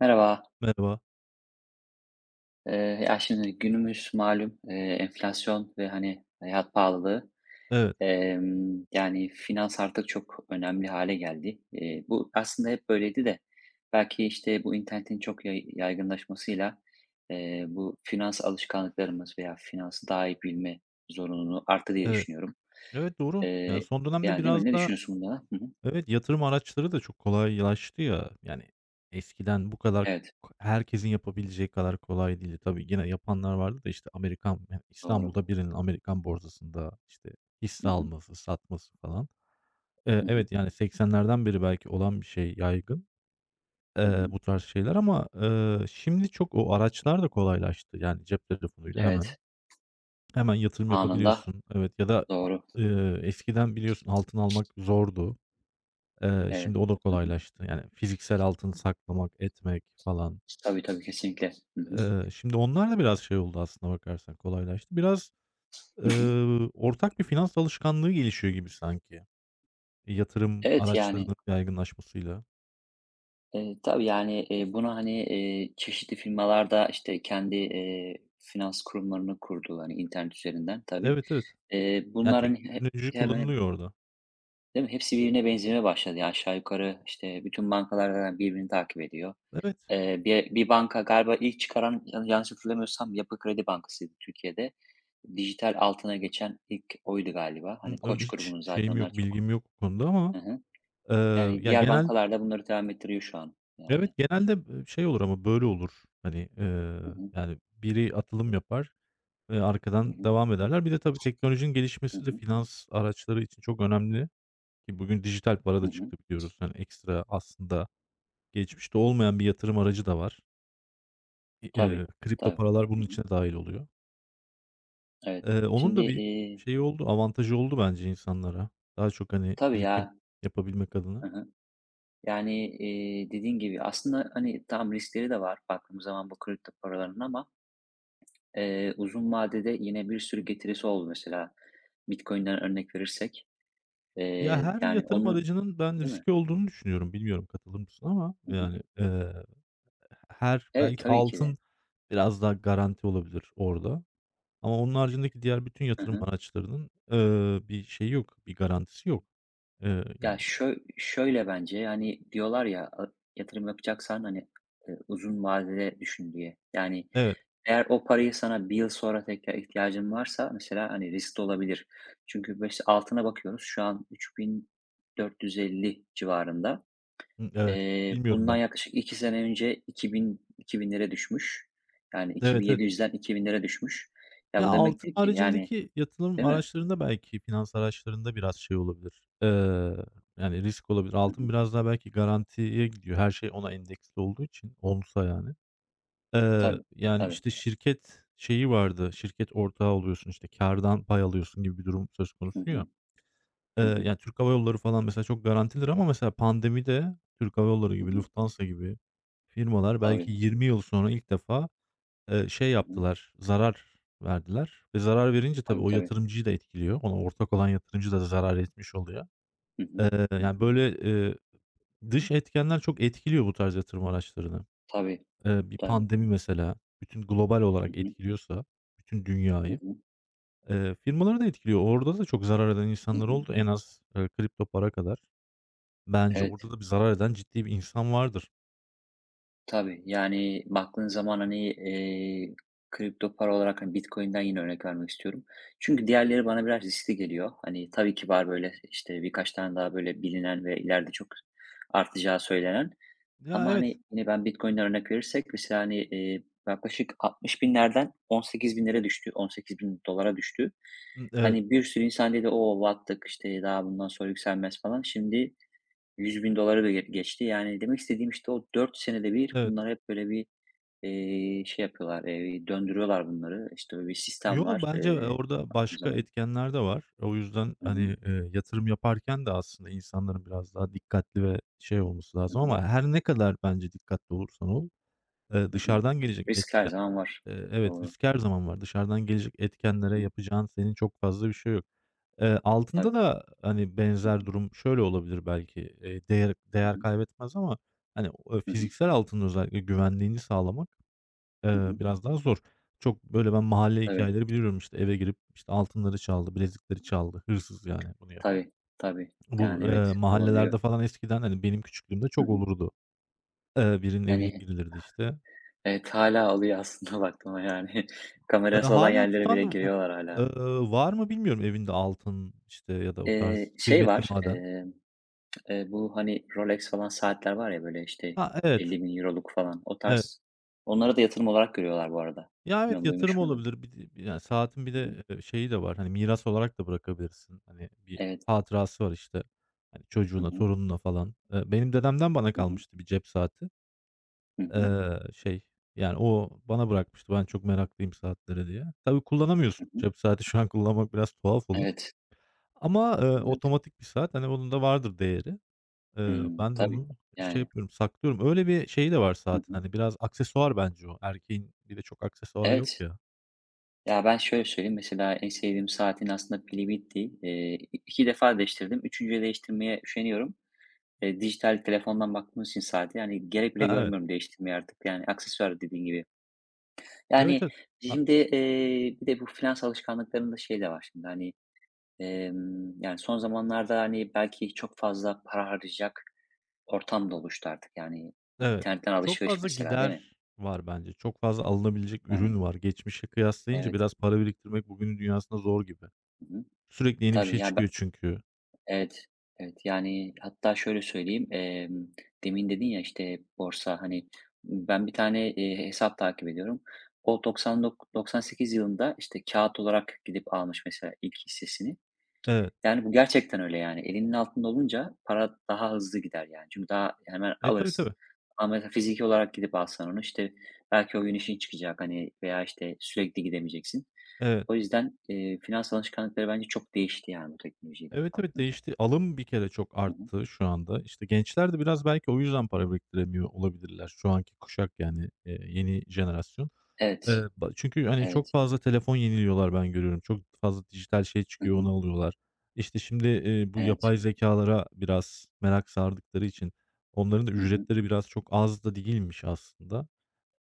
Merhaba. Merhaba. Ya, şimdi günümüz malum, enflasyon ve, hani, hayat pahalılığı. Evet, Yani, finans artık çok önemli hale geldi. Bu aslında hep böyleydi de belki, işte, bu internetin çok yaygınlaşmasıyla, bu finans alışkanlıklarımız veya finansı daha iyi bilme zorunluluğu arttı diye evet. düşünüyorum. Evet, doğru. Yani, Eee, son dönemde Yani, değil biraz mi? Ne da düşünüyorsun bunlara? Hı hı. evet, yatırım araçları da çok kolaylaştı ya. Yani, eskiden bu kadar Evet, herkesin yapabileceği kadar kolay değildi. Tabii yine yapanlar vardı da, işte, Amerikan yani, doğru. İstanbul'da birinin Amerikan borsasında, işte, Hı hisse hı. alması, satması falan. Hı hı. Evet, yani, 80'lerden beri belki olan bir şey, yaygın, Hı hı. bu tarz şeyler ama, şimdi çok o araçlar da kolaylaştı. Yani, cep telefonuyla hemen Evet, Hemen yatırım anında. yapabiliyorsun. Evet ya da a Doğru. Eskiden biliyorsun altın almak zordu. Evet. Şimdi o da kolaylaştı. Yani fiziksel altın saklamak, etmek falan. Tabii, tabii, kesinlikle. Hı hı. Şimdi onlar da biraz şey oldu aslına bakarsan kolaylaştı. Biraz, Hı hı. Ortak bir finans alışkanlığı gelişiyor gibi sanki yatırım Evet, yani, araçlarının yaygınlaşmasıyla. Tabii, yani, bunu, hani, çeşitli firmalar işte, kendi, finans kurumlarını kurdu, hani, internet üzerinden tabii. Evet, evet. Ya, Bunlar, hani, teknoloji hemen kullanılıyor orada. değil mi? Hepsi birbirine benzemeye başladı ya aşağı yukarı, işte, bütün bankalar zaten birbirini takip ediyor. Evet. Bir banka galiba ilk çıkaran yanlış hatırlamıyorsam Yapı Kredi Bankası'ydı Türkiye'de. Dijital altına geçen ilk oydu galiba. Hani, Koç Hiç grubunun zaten şeyim yok, onlar çok. bilgim yok bu konuda ama, Hı hı. eee, Yani, diğer genelde bankalar da bunları devam ettiriyor şu an. evet, Yani. genelde, şey olur ama böyle olur. Hani, Hı hı. yani biri atılım yapar, Hı arkadan hı. devam ederler. Bir de tabii teknolojinin Hı gelişmesi de hı. finans araçları için çok önemli ki bugün dijital para da Hı hı. çıktı biliyoruz. Yani ekstra aslında geçmişte olmayan bir yatırım aracı da var. İ Tabii, kripto tabii. paralar bunun Hı hı. içine dahil oluyor. Evet. Onun Şimdi, da bir eee şeyi oldu, avantajı oldu bence insanlara. Daha çok, hani, Tabii birikim ya. yapabilmek adına. Hı hı. Yani, dediğin gibi aslında, hani, tamam riskleri de var baktığımız zaman bu kripto paraların ama, uzun vadede yine bir sürü getirisi oldu mesela. Bitcoin'den örnek verirsek, Ya, her yani yatırım onu. aracının ben Değil mi? riskli olduğunu düşünüyorum. Bilmiyorum katılır mısın ama Hı hı. yani, her Evet, belki tabii ki de. altın biraz daha garanti olabilir orada. Ama onun haricindeki diğer bütün Hı yatırım hı. araçlarının, bir şeyi yok, bir garantisi yok. Eee, Ya, yani şöy şöyle bence, yani diyorlar ya, yatırım yapacaksan, hani, uzun vadede düşün diye. Yani, Evet, eğer o parayı sana bir yıl sonra tekrar ihtiyacın varsa mesela, hani, riskli olabilir. Çünkü beş altına bakıyoruz şu an 3.450 civarında. hı, evet. Bilmiyorum Bundan ben. yaklaşık 2 sene önce 2000'lere düşmüş. Yani, Evet, evet. 2.700'den 2.000'lere düşmüş. Ya, Ya, bu altın demektir ki yani. haricindeki yatırım Değil mi? araçlarında belki finans araçlarında biraz şey olabilir, yani risk olabilir. Hı Altın hı. biraz daha belki garantiye gidiyor. Her şey ona endeksli olduğu için, onsa yani. Tabii, Yani, tabii. işte, şirket şeyi vardı, şirket ortağı oluyorsun, işte, kârdan pay alıyorsun gibi bir durum söz Hı konusu ya. hı. Hı hı. Yani, Türk Hava Yolları falan mesela çok garantilidir ama mesela pandemide Türk Hava Yolları Hı gibi, hı. Lufthansa gibi firmalar belki Tabii. 20 yıl sonra ilk defa, şey Hı hı. yaptılar, zarar verdiler ve zarar verince tabii Tabii, o tabii. yatırımcıyı da etkiliyor. Ona ortak olan yatırımcı da zarar etmiş oluyor. Hı hı. Eee, Hı yani, hı. böyle, eee, dış etkenler çok etkiliyor bu tarz yatırım araçlarını, Tabii, bir tabii. pandemi mesela bütün global Hı olarak hı. etkiliyorsa bütün Hı dünyayı, hı. Firmaları da etkiliyor. Orada da çok zarar eden Hı insanlar hı. oldu. En az, kripto para kadar. Bence Evet, orada da bir zarar eden ciddi bir insan vardır. tabii. Yani, baktığın zaman, hani, kripto para olarak, hani, Bitcoin'den yine örnek vermek istiyorum. Çünkü diğerleri bana biraz riskli geliyor. Hani, tabii ki var böyle, işte, birkaç tane daha böyle bilinen ve ileride çok artacağı söylenen. Ya, Ama, evet. hani, yine ben Bitcoin'den örnek verirsek mesela, hani, yaklaşık 60.000'lerden binlere düştü, 18.000 dolara düştü. Evet, Hani, bir sürü insan dedi, "O, battık, işte, daha bundan sonra yükselmez." falan. Şimdi $100.000'ı da geçti. Yani demek istediğim, işte, o 4 senede bir evet. bunlar hep böyle bir, şey yapıyorlar, döndürüyorlar bunları. İşte, böyle bir sistem Yo, var, bence, orada o başka zaman. etkenler de var. O yüzden, Hı hı. hani, yatırım yaparken de aslında insanların biraz daha dikkatli ve şey olması Hı lazım hı. ama her ne kadar bence dikkatli olursan ol, Hı hı. dışarıdan gelecek Risk her etken. zaman var. Evet, Doğru. risk her zaman var. Dışarıdan gelecek etkenlere Hı hı. yapacağın senin çok fazla bir şey yok. Altında Tabii. da, hani, Hı benzer hı. durum şöyle olabilir belki, değer Hı hı. kaybetmez ama, hani, o Hı hı. fiziksel altında özellikle güvenliğini sağlamak, Hı hı. biraz daha zor. Çok, böyle, ben mahalle Tabii. hikayeleri biliyorum. İşte eve girip, işte, altınları çaldı, bilezikleri çaldı. Hırsız yani bunu yapan. Tabii, tabii. Bu, Yani, evet, olabiliyor. mahallelerde falan eskiden, hani, benim küçüklüğümde Hı çok hı. olurdu. Birinin evine Yani, girilirdi, işte. evet, hâlâ oluyor aslında baktığında, yani. Kamerası olan Hâlâ yerlere bile tutan, giriyorlar hâlâ. Var mı bilmiyorum evinde altın, işte, ya da o tarz Şey kıymetli var, maden. Bu, hani, Rolex falan saatler var ya, böyle, işte, Ha, evet, €50.000'luk falan, o evet. tarz. Onlara da yatırım olarak görüyorlar bu arada. Ya, evet, Bilmiyorum yatırım duymuş muydun? olabilir. Bir de yani saatin bir Hı hı. de, şeyi de var, hani, miras olarak da bırakabilirsin. Hani, bir Evet. hatırası var, işte, hani, Hı çocuğuna, hı. torununa falan. Benim dedemden bana Hı hı. kalmıştı bir cep saati. Hı hı. Eee, şey, yani, o bana bırakmıştı. Ben çok meraklıyım saatlere diye. Tabii Hı kullanamıyorsun. hı. Cep saati şu an kullanmak biraz tuhaf olur Evet. ama, Evet. otomatik bir saat, hani, onun da vardır değeri. Hımm. Ben de Tabii, onu şey yani. yapıyorum, saklıyorum. Öyle bir şeyi de var Hı zaten, hı. hani, biraz aksesuar bence o. Erkeğin bir de çok aksesuarı yok Evet. ya. Ya, ben şöyle söyleyeyim, mesela en sevdiğim saatin aslında pili bitti. İki defa değiştirdim. 3.'ye değiştirmeye üşeniyorum. Dijital telefondan baktığımız için saate, hani, gerek E, bile evet. görmüyorum değiştirmeye artık. Yani aksesuar dediğin gibi. Evet, Yani, evet. A şimdi, bir de bu finans alışkanlıklarında şey de var şimdi, hani, yani, son zamanlarda, hani, belki çok fazla para harcayacak ortam da oluştu artık. Yani, evet. internetten Çok alışveriş fazla mesela, değil mi? gider var bence. Çok fazla alınabilecek ürün Yani. var. Geçmişe kıyaslayınca Evet. biraz para biriktirmek bugünün dünyasında zor gibi. Hı hı. Sürekli yeni bir Tabii, şey ya. çıkıyor çünkü. Evet, evet. Yani, hatta şöyle söyleyeyim, demin dedin ya, işte, borsa, hani, ben bir tane, hesap takip ediyorum. O doksan dok 98 yılında, işte, kağıt olarak gidip almış mesela ilk hissesini. Evet. Yani, bu gerçekten öyle, yani. Elinin altında olunca para daha hızlı gider, yani. Çünkü daha hemen E, tabii, alırsın. tabii. Ama mesela fiziki olarak gidip alsan onu, işte, belki o gün işin çıkacak, hani, veya, işte, sürekli gidemeyeceksin. Evet. O yüzden, finans alışkanlıkları bence çok değişti, yani, bu teknolojiyle Evet, evet, baktığın zaman. değişti. Alım bir kere çok arttı şu anda. İşte, gençler de biraz belki o yüzden para biriktiremiyor olabilirler. Şu anki kuşak yani, yeni jenerasyon. Evet, Ba çünkü, hani, çok evet. fazla telefon yeniliyorlar ben görüyorum. Çok fazla dijital şey Hı çıkıyor, onu hı. alıyorlar. İşte, şimdi, bu Evet. yapay zekâlara biraz merak sardıkları için onların da Hı hı. ücretleri biraz çok az da değilmiş aslında.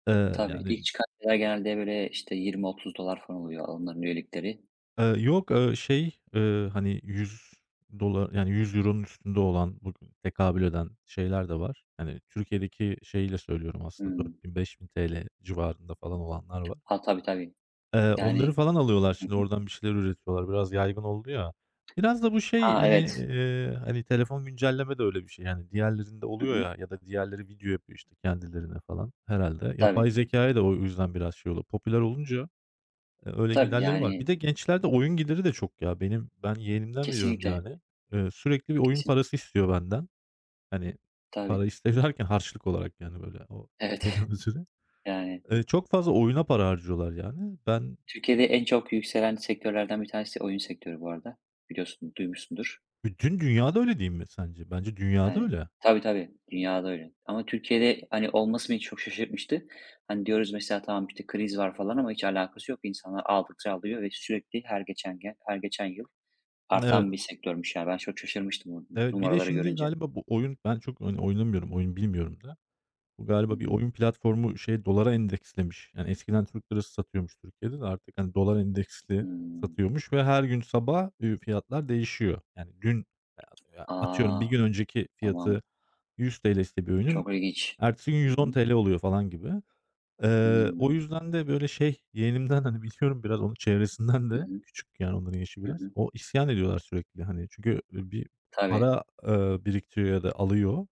Eee, Tabii, yani, ilk çıkan şeyler genelde, böyle, işte, $20-$30 falan oluyor onların üyelikleri. Yok, hani, $100 yani, €100'nun üstünde olan bugün tekabül eden şeyler de var. Hani, Türkiye'deki şeyiyle söylüyorum aslında, Hımm. ₺4.000 TL civarında falan olanlar var. Ha, tabii, tabii. Onları Yani. falan alıyorlar Hı şimdi hı. oradan bir şeyler üretiyorlar. Biraz yaygın oldu ya. Biraz da bu şey, Ha, hani, evet. Hani, telefon güncelleme de öyle bir şey. Yani diğerlerinde Hı oluyor hı. ya ya da diğerleri video yapıyor işte kendilerine falan herhalde. Yapay Tabii. zekâya da o yüzden biraz şey oluyor. Popüler olunca, öyle Tabii, giderleri var. Bir yani, de gençlerde oyun geliri de çok ya. Benim yeğenimden biliyorum kesinlikle, yani. Sürekli bir oyun kesin parası istiyor benden. Hani, para Tabii. istiyor derken harçlık olarak yani böyle o Evet. şeyden ötürü. Yani, Çok fazla oyuna para harcıyorlar yani. Türkiye'de en çok yükselen sektörlerden bir tanesi oyun sektörü bu arada. Biliyorsun, duymuşsundur. Bütün dünyada öyle değil mi sence? Bence dünyada Yani, öyle. tabii, tabii. Dünyada öyle. Ama Türkiye'de, hani, olması beni çok şaşırtmıştı. Hani, diyoruz mesela, tamam, işte, kriz var falan ama hiç alakası yok. İnsanlar aldıkça alıyor ve sürekli her geçen gün her geçen yıl Evet. artan bir sektörmüş, yani. Ben çok şaşırmıştım bu Evet, bir de numaraları şimdi görünce. galiba bu oyun ben çok, hani, oynamıyorum, oyun bilmiyorum da. Bu Hı galiba bir hı. oyun platformu şey dolara endekslemiş. Yani eskiden Türk lirası satıyormuş Türkiye'de de artık, hani, dolar endeksli Hımm. satıyormuş ve her gün sabah, fiyatlar değişiyor. Yani dün, A! atıyorum bir gün önceki Tamam. fiyatı ₺100'ise bir oyunun Çok ilginç. ertesi gün Hı hı. ₺110 oluyor falan gibi. O Hımm. yüzden de böyle şey, yeğenimden, hani, biliyorum biraz onun çevresinden Hı de hı. küçük yani onların yaşı Hı biraz. hı. O isyan ediyorlar sürekli, hani, çünkü, bir Tabii, para, biriktiriyor ya da alıyor,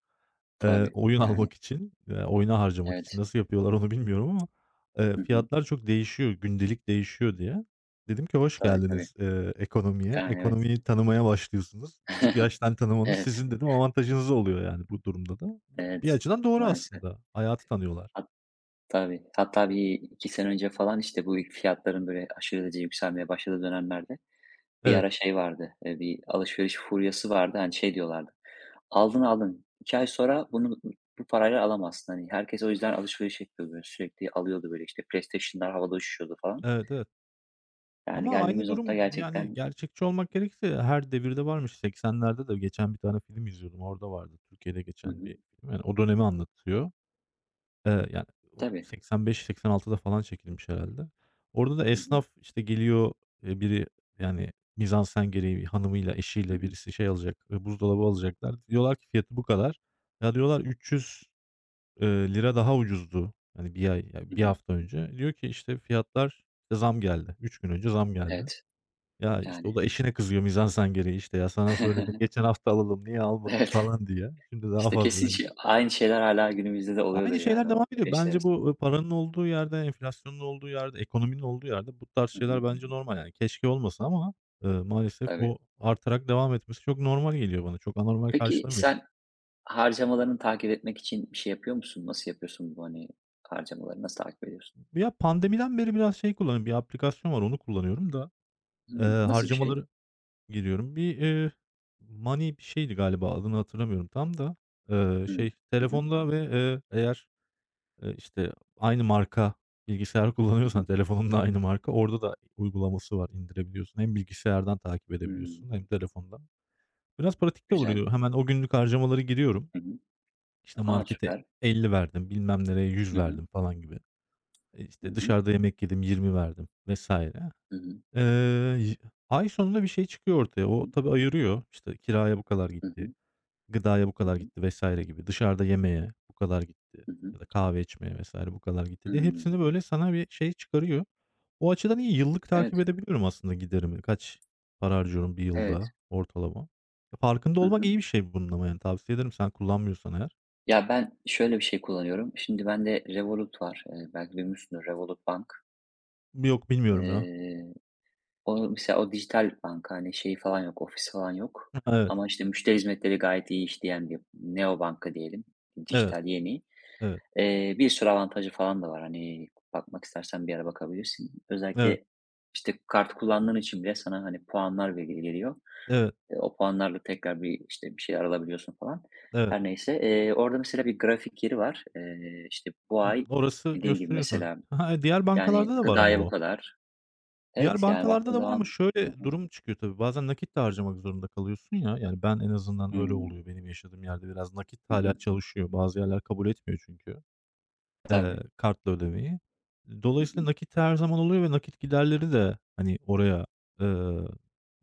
tabii. oyun Yani, almak için, oyuna harcamak için. evet. Nasıl yapıyorlar onu bilmiyorum ama, Hı hı. fiyatlar çok değişiyor, gündelik değişiyor diye. Dedim ki hoş Tabii, tabii. geldiniz, ekonomiye. Yani, evet. Ekonomiyi tanımaya başlıyorsunuz. Küçük yaştan tanımanız Evet, sizin dedim avantajınız oluyor yani bu durumda da. Bir evet. açıdan doğru Maalesef. aslında. Hayatı tanıyorlar. Tabii. Hatta bir 2 sene önce falan, işte, bu fiyatların böyle aşırı derece yükselmeye başladığı dönemlerde bir Evet, ara şey vardı, bir alışveriş furyası vardı. Hani, şey diyorlardı, "Aldın, aldın. 2 ay sonra bunu bu parayla alamazsın." Hani, herkes o yüzden alışveriş yapıyordu. Böyle sürekli alıyordu böyle, işte, PlayStation'lar havada uçuşuyordu falan. evet, evet. Yani Ama aynı geldiğimiz nokta durum, yani, gerçekten. gerçekçi olmak gerekirse her devirde varmış. 80'lerde de geçen bir tane film izliyordum, orada vardı. Türkiye'de Hı geçen hı. bir film, yani, o dönemi anlatıyor. Yani, o Tabii. 85-86'da falan çekilmiş herhalde. Orada da Hı hı. esnaf, işte, geliyor, eee, biri, yani, mizansen gereği hanımıyla, Hı eşiyle hı. birisi şey alacak, buzdolabı alacaklar. Diyorlar ki fiyatı bu kadar. Ya, diyorlar, ₺300, eee, lira daha ucuzdu, hani, bir ay, ya, Hı 1 hı. hafta önce. Diyor ki, işte, fiyatlar, işte, zam geldi. 3 gün önce zam geldi. Evet, Ya, işte, o yani. da eşine kızıyor mizansen gereği, işte, "Ya, sana söyledim geçen hafta alalım, niye almadık?" Evet. falan diye. Şimdi daha İşte, fazla kesin vereceğiz. aynı şeyler hala günümüzde de oluyordur Aynı şeyler yani o devam ediyor. eşler Bence bu, arasında. Paranın olduğu yerde, enflasyonun olduğu yerde, ekonominin olduğu yerde bu tarz Hı şeyler hı. bence normal. Yani keşke olmasa ama, maalesef Tabii. o artarak devam etmesi çok normal geliyor bana. Çok anormal Peki, karşılamıyorum. sen harcamalarını takip etmek için bir şey yapıyor musun? Nasıl yapıyorsun bu, hani, harcamaları nasıl takip ediyorsun? Ya, pandemiden beri biraz şey kullanıyorum, bir aplikasyon var, onu kullanıyorum da, Hımm, nasıl bir şey? harcamaları giriyorum. Money bir şeydi galiba adını hatırlamıyorum tam da, Hımm. şey Hı hı. telefonda ve, işte, aynı marka bilgisayar Hı kullanıyorsan hı. telefonun da aynı marka orada da uygulaması var indirebiliyorsun. Hem bilgisayardan takip Hımm. edebiliyorsun hem telefondan. Biraz pratik de Güzel. oluyor. Hemen o günlük harcamaları giriyorum. Hı hı. İşte, A, markete süper. 50 verdim, bilmem nereye 100 Hı hı. verdim falan gibi. E, Hı işte, hı. dışarıda yemek yedim 20 verdim vesaire. Hı hı. Eee, ay sonunda bir şey çıkıyor ortaya. Hı O tabii ayırıyor. İşte, kiraya bu kadar hı. gitti, gıdaya bu kadar gitti vesaire gibi, dışarıda yemeğe bu kadar gitti Hı hı. ya da kahve içmeye vesaire bu kadar gitti diye Hımm. hepsini, böyle, sana bir şey çıkarıyor. O açıdan iyi. Yıllık Evet, takip edebiliyorum aslında giderimi. Kaç para harcıyorum 1 evet. yılda ortalama. E, farkında Hı olmak hı. iyi bir şey bunun ama, yani, tavsiye ederim sen kullanmıyorsan eğer. Ya, ben şöyle bir şey kullanıyorum. Şimdi bende Revolut var. Belki duymuşsundur Revolut Bank. Yok, bilmiyorum ya. Eee O mesela o dijital banka, hani, şeyi falan yok, ofis falan yok ama, işte, müşteri hizmetleri gayet iyi işleyen bir neobanka diyelim, Evet, evet, dijital yeni. evet, Bir sürü avantajı falan da var. Hani, bakmak istersen bir ara bakabilirsin. evet, Özellikle, işte, kart kullandığın için bile sana, hani, puanlar veri geliyor. evet, O puanlarla tekrar bir, işte, bir şeyler alabiliyorsun falan. evet. Her neyse, orada mesela bir grafik yeri var. İşte, bu Hımm, ay orası dediğin gibi gösteriyorsun. mesela, Ha, diğer yani, bankalarda da var ama gıdaya bu o. kadar. Diğer Evet, yani, bankalarda baktığın da var ama zaman. Hı şöyle hı. durum çıkıyor tabii. Bazen nakit de harcamak zorunda kalıyorsun ya. Yani ben en azından öyle Hıı. oluyor. Benim yaşadığım yerde biraz nakit Hı hala hı. çalışıyor. Bazı yerler kabul etmiyor çünkü, Tabii. kartla ödemeyi. Hı Dolayısıyla hı, nakit her zaman oluyor ve nakit giderleri de, hani, oraya, ııı,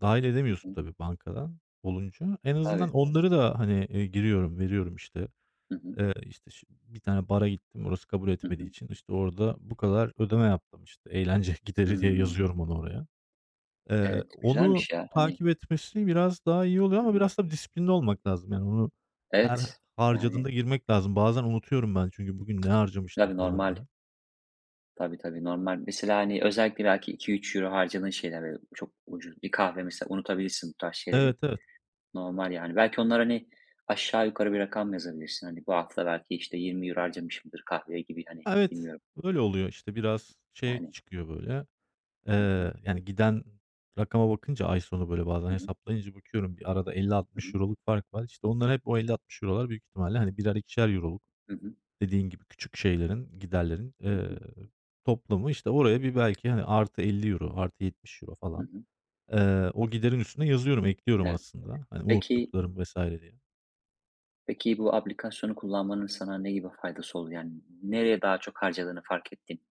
dâhil hı edemiyorsun hı. tabii bankadan olunca. En azından Tabii. onları da, hani, giriyorum, veriyorum işte. Hı hı, İşte, ş bir tane bara gittim, orası kabul hı etmediği hı. için, işte, orada bu kadar ödeme yaptım, işte, eğlence gideri diye Hımm. yazıyorum onu oraya. Evet, Onu güzelmiş ya, hani. takip etmesi biraz daha iyi oluyor Hı ama hı. biraz da disiplinli olmak lazım. Yani onu her Evet, yani. harcadığında girmek lazım. Bazen unutuyorum ben çünkü bugün ne harcamıştım Tabii, falan normal. diye. Tabii, tabii, normal. Mesela, hani, özellikle belki iki üç €3 harcadığın şeyler, böyle, çok ucuz bir kahve mesela unutabilirsin bu tarz şeyleri. Evet, evet. Normal yani. Belki onlara, hani, aşağı yukarı bir rakam yazabilirsin. Hani, bu hafta belki, işte, €20 harcamışımdır kahveye gibi, hani, Evet, bilmiyorum öyle oluyor işte biraz şey yani. çıkıyor böyle, Hı hı. Yani giden rakama bakınca ay sonu böyle bazen Hı hı. hesaplayınca bakıyorum bir arada Hı hı. €50-€60'lık fark var. İşte onlar hep o €50-€60'lar büyük ihtimalle hani birer ikişer euroluk. Hı hı. Dediğin gibi küçük şeylerin, giderlerin, Hı hı. Toplamı, işte, oraya bir belki, hani, artı €50, artı €70 Hı falan, hı. O giderin üstüne yazıyorum, ekliyorum Evet. aslında, hani, Peki unuttuklarım vesaire diye. Peki bu aplikasyonu kullanmanın sana ne gibi faydası oldu? Yani nereye daha çok harcadığını fark ettin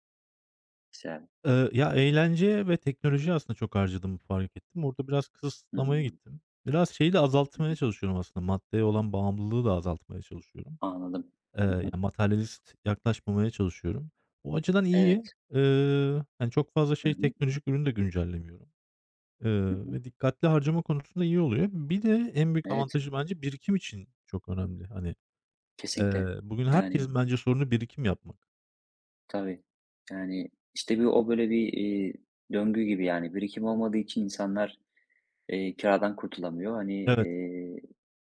mesela. Eğlence ve teknoloji aslında çok harcadığımı fark ettim. Orada biraz kısıtlamaya Hımm, gittim. Biraz şeyi de azaltmaya çalışıyorum aslında, maddeye olan bağımlılığı da azaltmaya çalışıyorum. anladım. Eee, Hı hı. materyalist yaklaşmamaya çalışıyorum. O açıdan iyi. Evet. Hani, çok fazla Hı şey hı. teknolojik ürünü de güncellemiyorum. Hı hı. Ve dikkatli harcama konusunda iyi oluyor. Bir de en büyük Evet, avantajı bence birikim için çok önemli. Hani, kesinlikle. Bugün Yani herkesin bence sorunu birikim yapmak. tabii. Yani, işte, bir o böyle bir, döngü gibi yani birikim olmadığı için insanlar, kiradan kurtulamıyor. Hani, Evet,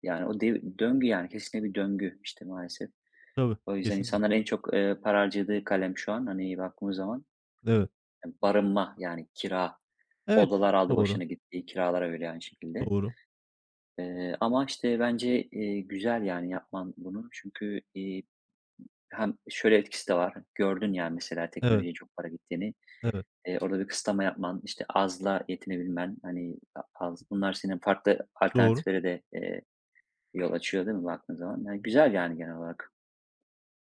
yani o dev döngü yani kesinlikle bir döngü, işte, maalesef. tabii, O yüzden kesinlikle. insanlar en çok, para harcadığı kalem şu an, hani, baktığımız zaman, Evet. Barınma yani kira. Evet, Odalar aldı doğru, başını gitti, kiralar öyle aynı şekilde. doğru. Ama, işte, bence, güzel yani yapman bunu. Çünkü, hem şöyle etkisi de var, gördün yani mesela Evet, teknolojiye çok para gittiğini. evet, Orada bir kısıtlama yapman, işte, azla yetinebilmen, hani, az bunlar senin farklı doğru. alternatiflere de, yol açıyor değil mi baktığın zaman? Yani güzel yani genel olarak.